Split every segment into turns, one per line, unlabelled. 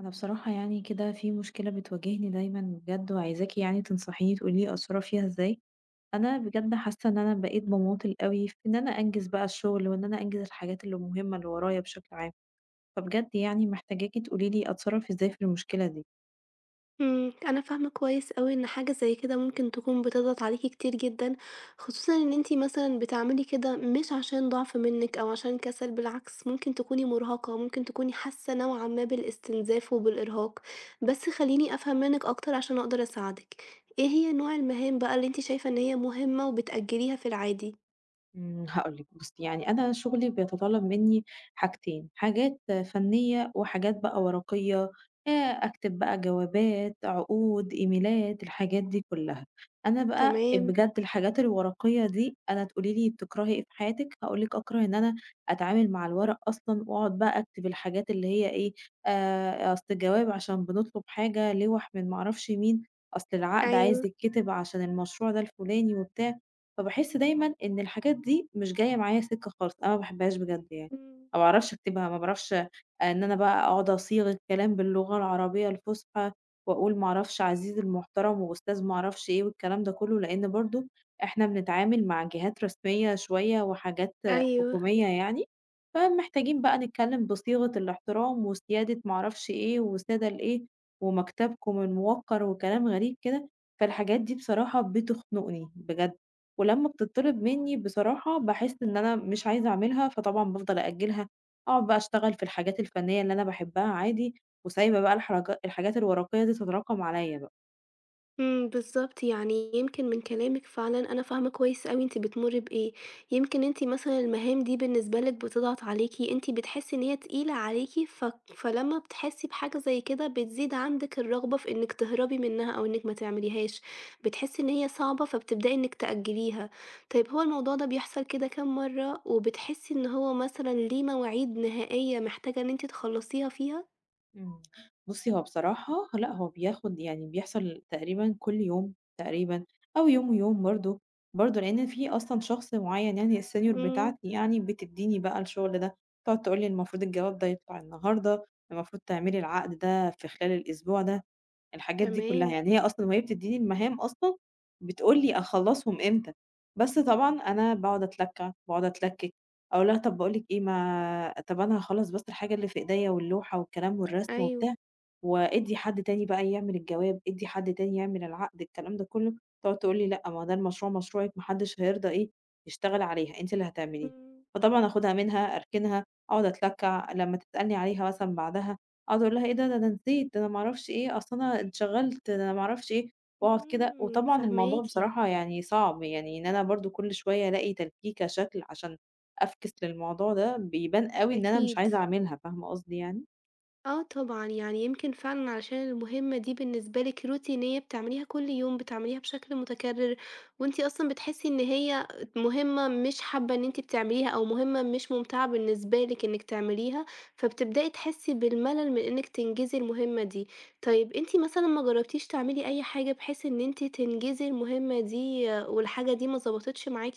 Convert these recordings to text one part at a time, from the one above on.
أنا بصراحة يعني كده في مشكلة بتواجهني دايمًا بجد وعايزاكِ يعني تنصحيني تقولي لي أتصرّف فيها إزاي، أنا بجد حاسة إن أنا بقيت باماطل أوي في إن أنا أنجز بقى الشغل وإن أنا أنجز الحاجات اللي مهمة اللي ورايا بشكل عام، فبجد يعني محتاجاكِ تقولي لي أتصرّف إزاي في المشكلة دي.
أنا فاهمة كويس أوي إن حاجة زي كده ممكن تكون بتضغط عليكِ كتير جدًا، خصوصًا إن أنتِ مثلًا بتعملي كده مش عشان ضعف منِك أو عشان كسل، بالعكس ممكن تكوني مرهقة، ممكن تكوني حاسة نوعًا ما بالاستنزاف وبالإرهاق. بس خلّيني أفهم منِك أكتر عشان أقدر أساعدِك، إيه هي نوع المهام بقى اللي أنتِ شايفة إن هي مهمة وبتأجليها في العادي؟
إمم، هاقول لِك بُصّي، يعني أنا شغلي بيتطلب منّي حاجتين، حاجات فنية وحاجات بقى ورقية، أكتب بقى جوابات، عقود، إيميلات، الحاجات دي كلّها. أنا بقى
تمام،
بجد الحاجات الورقية دي أنا تقولي لي بتكرهي إيه في حياتِك، هاقول لِك أكره إن أنا أتعامل مع الورق أصلًا وأقعد بقى أكتب الحاجات اللي هي إيه، أصل الجواب عشان بنطلب حاجة، لوَح من ما أعرفش مين، أصل العقد عايز
أيوه،
يتكتب عشان المشروع ده الفلاني وبتاع. فباحس دايمًا إن الحاجات دي مش جاية معايا سكة خالص، أنا ما باحبهاش بجد يعني،
إمم،
ما باعرفش أكتبها، ما باعرفش إن أنا بقى أقعد أصيغ الكلام باللغة العربية الفصحى وأقول ما اعرفش عزيزي المحترم وأستاذ ما اعرفش إيه والكلام ده كلّه، لإن برضه إحنا بنتعامل مع جهات رسمية شوية وحاجات
أيوه.
حكومية يعني، فمحتاجين بقى نتكلم بصيغة الاحترام وسيادة ما اعرفش إيه وسادة الإيه ومكتبكم الموقّر وكلام غريب كده، فالحاجات دي بصراحة بتخنقني بجد. ولمّا بتطلب منّي بصراحة باحس إن أنا مش عايزة أعملها، فطبعًا بافضل أأجّلها، أقعد بقى أشتغل في الحاجات الفنية اللي أنا باحبها عادي، وسايبة بقى الحرج الحاجات الورقية دي تتراكم عليَّ بقى.
إمم، بالضبط، يعني يمكن من كلامِك فعلًا أنا فاهمة كويس أوي أنتِ بتمُرّي بإيه، يمكن أنتِ مثلًا المهام دي بالنسبة لِك بتضغط عليكِ، أنتِ بتحسّي إن هي تقيلة عليكِ، ف فلمّا بتحسّي بحاجة زي كده بتزيد عندِك الرغبة في إنِّك تهربي منها أو إنِّك ما تعمليهاش، بتحسّي إن هي صعبة فبتبدئي إنِّك تأجّليها. طيب هو الموضوع ده بيحصل كده كام مرّة، وبتحسّي إن هو مثلًا ليه مواعيد نهائية محتاجة إن أنتِ تخلّصيها فيها؟
إمم. بُصّي، هو بصراحة لأ، هو بياخد يعني بيحصل تقريبًا كل يوم تقريبًا أو يوم ويوم برضه، برضه لإن في أصلًا شخص معيّن يعني الsenior
إمم،
بتاعتي يعني بتدّيني بقى الشغل ده، تقعد تقول لي المفروض الجواب ده يطلع النهارده، المفروض تعملي العقد ده في خلال الأسبوع ده. الحاجات دي كلّها،
تمام،
يعني هي أصلًا وهي بتدّيني المهام أصلًا بتقول لي أخلّصهم إمتى، بس طبعًا أنا باقعد أتلكّع، باقعد أتلكِّك، أقول لها طَب باقول لِك إيه ما طَب أنا هاخلّص بس الحاجة اللي في إيديّا واللوحة والكلام والرسم
أيوه،
وبتاع، وادّي حد تاني بقى يعمل الجواب، ادّي حد تاني يعمل العقد، الكلام ده كلّه، تقعد تقول لي لأ، ما ده المشروع مشروعِك ما حدش هيرضى إيه يشتغل عليها، أنتِ اللي هتعمليه،
إمم.
فطبعًا آخُدها منها، أركنها، أقعد أتلكّع، لمّا تسألني عليها مثلًا بعدها أقعد أقول لها إيه ده، ده أنا نسيت، ده أنا ما أعرفش إيه، أصل أنا انشغلت، ده أنا ما أعرفش إيه، وأقعد كده
إمم،
وطبعًا الموضوع
فاهماكِ،
بصراحة يعني صعب، يعني إن أنا برضه كل شوية ألاقي تلكيكة شكل عشان أفكِس للموضوع ده، بيبان أوي إن أنا مش
أكيد.
عايزة أعملها، فاهمة قصدي يعني؟
آه طبعًا، يعني يمكن فعلًا علشان المهمة دي بالنسبة لِك روتينية بتعمليها كل يوم، بتعمليها بشكل متكرر، وأنتِ أصلًا بتحسي إن هي مهمة مش حابة إن أنتِ بتعمليها أو مهمة مش ممتعة بالنسبة لِك إنِك تعمليها، فبتبدئي تحسي بالملل من إنِك تنجزي المهمة دي. طيب أنتِ مثلًا ما جربتيش تعملي أي حاجة بحيث إن أنتِ تنجزي المهمة دي آه، والحاجة دي ما ضبطتش معاكِ؟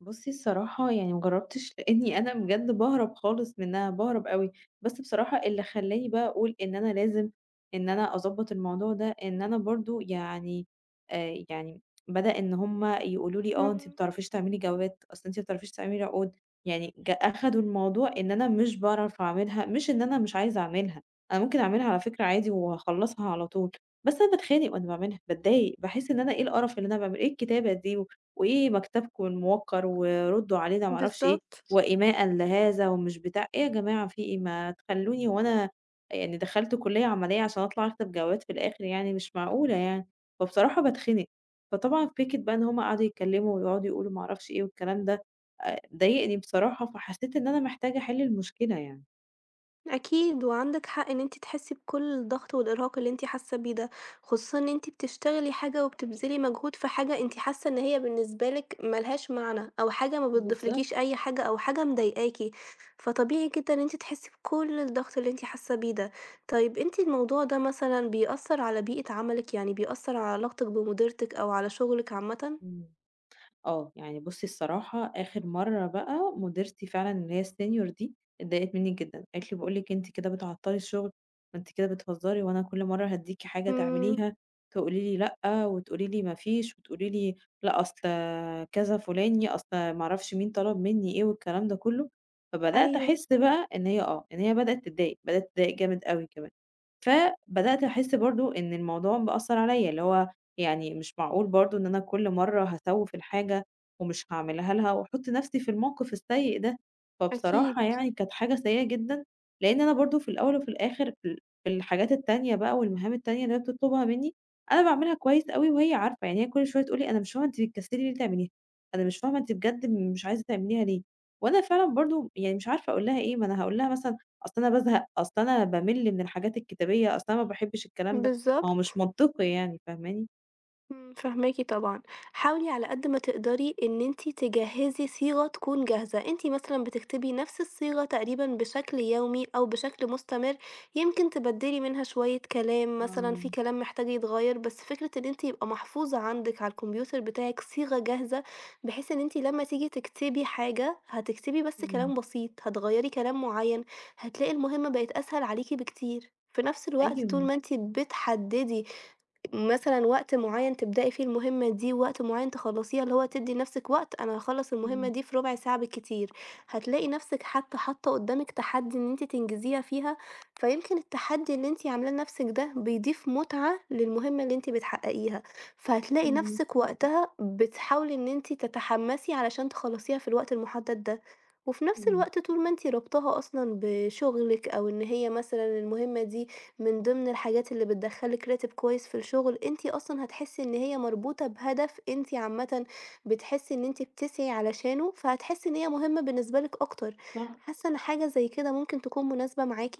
بُصّي الصراحة يعني ما جرّبتش، لإنّي أنا بجد باهرب خالص منّها، باهرب أوي. بس بصراحة اللي خلّاني بقى أقول إن أنا لازم إن أنا أضبّط الموضوع ده، إن أنا برضه يعني آآ يعني بدأ إن هم يقولوا لي: "آه أنتِ ما
إمم،
بتعرفيش تعملي جوّات، أصل أنتِ ما بتعرفيش تعملي عقود." يعني ج أخدوا الموضوع إن أنا مش باعرف أعملها، مش إن أنا مش عايزة أعملها، أنا ممكن أعملها على فكرة عادي وهاخلّصها على طول، بس أنا باتخانق وأنا باعملها، باتضايق، باحس إن أنا إيه القرف اللي أنا باعمله، إيه الكتابة دي وإيه مكتبكم الموقّر وردّوا عليه ده ما أعرفش إيه،
بالضبط.
وإيماءً لهذا ومش بتاع إيه يا جماعة في إيه ما تخلّوني هو أنا يعني دخلت كُلّية عملية عشان أطلع أكتب جوابات في الآخر يعني مش معقولة يعني، فبصراحة باتخنق. فطبعًا فكرة بقى إن هم قعدوا يتكلّموا ويقعدوا يقولوا ما أعرفش إيه والكلام ده، ضايقني بصراحة، فحسّيت إن أنا محتاجة أحِل المشكلة يعني.
أكيد، وعندِك حق إن أنتِ تحسّي بكل الضغط والإرهاق اللي أنتِ حاسة بيه ده، خصوصًا إن أنتِ بتشتغلي حاجة وبتبذلي مجهود في حاجة أنتِ حاسة إن هي بالنسبة لِك ما لهاش معنى، أو حاجة ما
بالضبط،
بتضيفلكيش أي حاجة، أو حاجة مضايقاكِ، فطبيعي جدًا إن أنتِ تحسّي بكل الضغط اللي أنتِ حاسة بيه ده. طيب أنتِ الموضوع ده مثلًا بيأثّر على بيئة عملِك، يعني بيأثّر على علاقتِك بمديرتِك أو على شغلِك عامةً؟
إمم. آه، يعني بُصّي الصراحة آخر مرّة بقى مديرتي فعلًا اللي هي الsenior دي اتضايقت منّي جدًا، قالت لي: "باقول لِك أنتِ كده بتعطّلي الشغل، وأنتِ كده بتهزري وأنا كل مرّة هادّيكِ حاجة
إمم،
تعمليها تقولي لي لأ، وتقولي لي ما فيش، وتقولي لي لأ أصل كذا فُلاني، أصل ما أعرفش مين طلب منّي إيه." والكلام ده كلّه، فبدأت
أيوه،
أحس بقى إن هي آه، إن هي بدأت تتضايق، بدأت تتضايق جامد أوي كمان، فبدأت أحس برضه إن الموضوع مأثّر عليّا، اللي هو يعني مش معقول برضه إن أنا كل مرّة هاسوِّف الحاجة ومش هاعملها لها وأحُط نَفْسي في الموقِف السيء ده،
أكيد،
فبصراحة يعني كانت حاجة سيئة جدًا، لإن أنا برضه في الأول وفي الآخِر في الحاجات التانية بقى والمهام التانية اللي هي بتطلُبها منّي، أنا باعملها كويس أوي وهي عارفة، يعني هي كل شوية تقول لي: "أنا مش فاهمة أنتِ بتكسّلي ليه تعمليها، أنا مش فاهمة أنتِ بجد مش عايزة تعمليها ليه؟" وأنا فعلًا برضه يعني مش عارفة أقول لها إيه، ما أنا هاقول لها مثلًا أصل أنا بازهق، أصل أنا بامِل من الحاجات الكتابية، أصل أنا ما باحبّش الكلام ده، ما هو مش
بالضبط.
منطقي يعني، فاهماني؟
إمم، فاهماكِ طبعًا. حاولي على قد ما تقدري إن أنتِ تجهّزي صيغة تكون جاهزة، أنتِ مثلًا بتكتبي نفس الصيغة تقريبًا بشكل يومي أو بشكل مستمر، يمكن تبدّلي منها شوية كلام مثلًا في
آه،
كلام محتاج يتغيّر، بس فكرة إن أنتِ يبقى محفوظة عندِك على الكمبيوتر بتاعِك صيغة جاهزة، بحيث إن أنتِ لمّا تيجي تكتبي حاجة هتكتبي بس
إمم،
كلام بسيط، هتغيّري كلام معيّن، هتلاقي المهمة بقت أسهل عليكِ بكتير. في نفس الوقت طول
أيوه،
ما أنتِ بتحدّدي مثلًا وقت معيّن تبدئي فيه المهمة دي، ووقت معيّن تخلّصيها، اللي هو تدّي لنفسِك وقت أنا هاخلّص المهمة
إمم،
دي في ربع ساعة بالكتير، هتلاقي نفسِك حتى حاطة قدّامِك تحدي إن أنتِ تنجزيها فيها، فيمكن التحدي اللي أنتِ عاملاه لنفسِك ده بيضيف متعة للمهمة اللي أنتِ بتحققيها، فهتلاقي
إمم،
نفسِك وقتها بتحاولي إن أنتِ تتحمسي علشان تخلّصيها في الوقت المحدد ده، وفي نفس
إمم،
الوقت طول ما أنتِ رابطاها أصلًا بشغلِك أو إن هي مثلًا المهمة دي من ضمن الحاجات اللي بتدخّلِك راتب كويس في الشغل، أنتِ أصلًا هتحسّي إن هي مربوطة بهدف أنتِ عامةً بتحسّي إن أنتِ بتسعي علشانه، فهتحسّي إن هي مهمة بالنسبة لِك أكتر.
صح.
حاسة إن حاجة زي كده ممكن تكون مناسبة معاكِ؟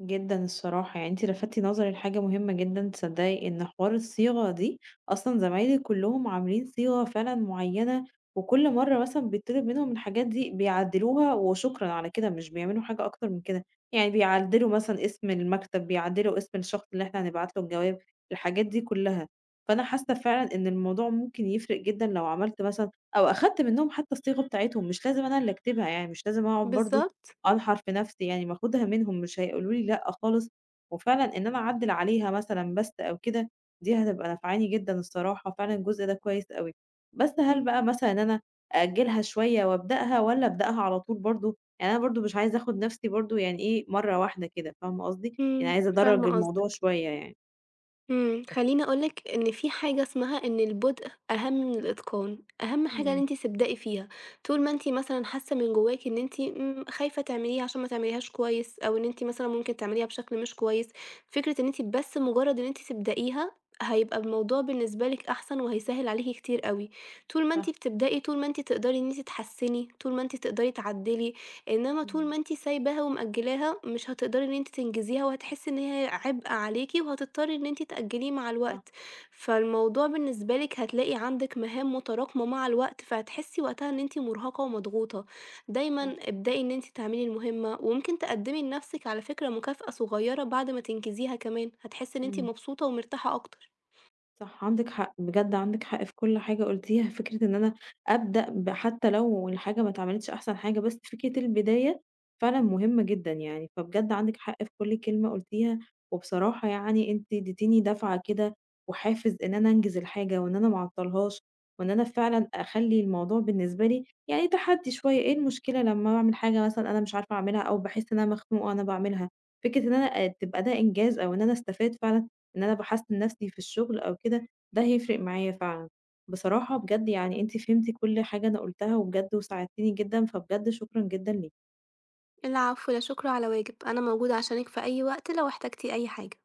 جدًا الصراحة، يعني أنتِ لفتِ نظري لحاجة مهمة جدًا تصدقي، إن حوار الصيغة دي أصلًا زمايلي كلّهم عاملين صيغة فعلًا معيّنة، وكل مرّة مثلًا بيطلب منهم الحاجات دي بيعدّلوها وشكرًا على كده، مش بيعملوا حاجة أكتر من كده، يعني بيعدّلوا مثلًا اسم المكتب، بيعدّلوا اسم الشخص اللي إحنا هنبعت له الجواب، الحاجات دي كلّها. فأنا حاسة فعلًا إن الموضوع ممكن يفرق جدًا لو عملت مثلًا أو أخدت منّهم حتى الصيغة بتاعتهم، مش لازم أنا اللي أكتبها يعني، مش لازم أقعد برضه
بالضبط.
أنحر في نفسي يعني وآخدها منهم مش هيقولوا لي لأ خالص، وفعلًا إن أنا أعدِّل عليها مثلًا بس أو كده، دي هتبقى نافعاني جدًا الصراحة، فعلًا الجزء ده كويس أوي. بس هل بقى
إمم،
مثلًا إن أنا أأجّلها شوية وأبدأها والّا أبدأها على طول برضه؟ يعني أنا برضه مش عايزة آخُد نفسي برضه يعني إيه، مرّة واحدة كده، فاهمة قصدي؟ يعني
إمم،
عايزة أدرّج
فاهمة
الموضوع
قصدك.
شوية يعني.
خلّيني أقول لِك إن في حاجة اسمها إن البُدء أهم من الإتقان، أهم حاجة إن
إمم،
أنتِ تبدئي فيها، طول ما أنتِ مثلًا حاسة من جواكِ إن أنتِ خايفة تعمليها عشان ما تعمليهاش كويس، أو إن أنتِ مثلًا ممكن تعمليها بشكل مش كويس، فكرة إن أنتِ بس مجرد إن أنتِ تبدئيها هيبقى الموضوع بالنسبة لِك أحسن وهيسهّل عليكِ كتير أوي، طول ما أنتِ
صح،
بتبدئي، طول ما أنتِ تقدري إن أنتِ تحسّني، طول ما أنتِ تقدري تعدّلي، إنما طول ما
إمم،
أنتِ سايباها ومأجلاها مش هتقدري إن أنتِ تنجزيها، وهتحسي إن هي عبء عليكِ، وهتضطري إن أنتِ تأجليه مع
صح،
الوقت، فالموضوع بالنسبة لِك هتلاقي عندِك مهام متراكمة مع الوقت، فهتحسي وقتها إن أنتِ مرهقة ومضغوطة.
صح،
دايمًا ابدئي إن أنتِ تعملي المهمة، وممكن تقدمي لنفسِك على فكرة مكافأة صغيرة بعد ما تنجزيها كمان، هتحسي إن أنتِ
إمم.
مبسوطة ومرتاحة أكتر.
صح، عندِك حق، بجد عندِك حق في كل حاجة قُلتيها، فكرة إن أنا أبدأ ب حتى لو الحاجة ما اتعملتش أحسن حاجة، بس فكرة البداية فعلًا مهمة جدًا يعني، فبجد عندِك حق في كل كلمة قُلتيها، وبصراحة يعني أنتِ اديتيني دفعة كده وحافز إن أنا أنجز الحاجة وإن أنا ما اعطّلهاش، وإن أنا فعلًا أخلّي الموضوع بالنسبة لي يعني تحدي شوية، إيه المشكلة لمّا أعمل حاجة مثلًا أنا مش عارفة أعملها أو باحس إن أنا مخنوقة وأنا باعملها، فكرة إن أنا تبقى ده إنجاز أو إن أنا استفاد فعلًا إن أنا باحسّن نَفْسي في الشغل أو كده، ده هيفرق معايا فعلًا. بصراحة بجد يعني أنتِ فهمتِ كل حاجة أنا قُلتها وبجد وساعدتيني جدًا، فبجد شكرًا جدًا ليكِ.
العفو، لا شكر على واجب، أنا موجودة عشانِك في أي وقت لو احتجتِ أي حاجة.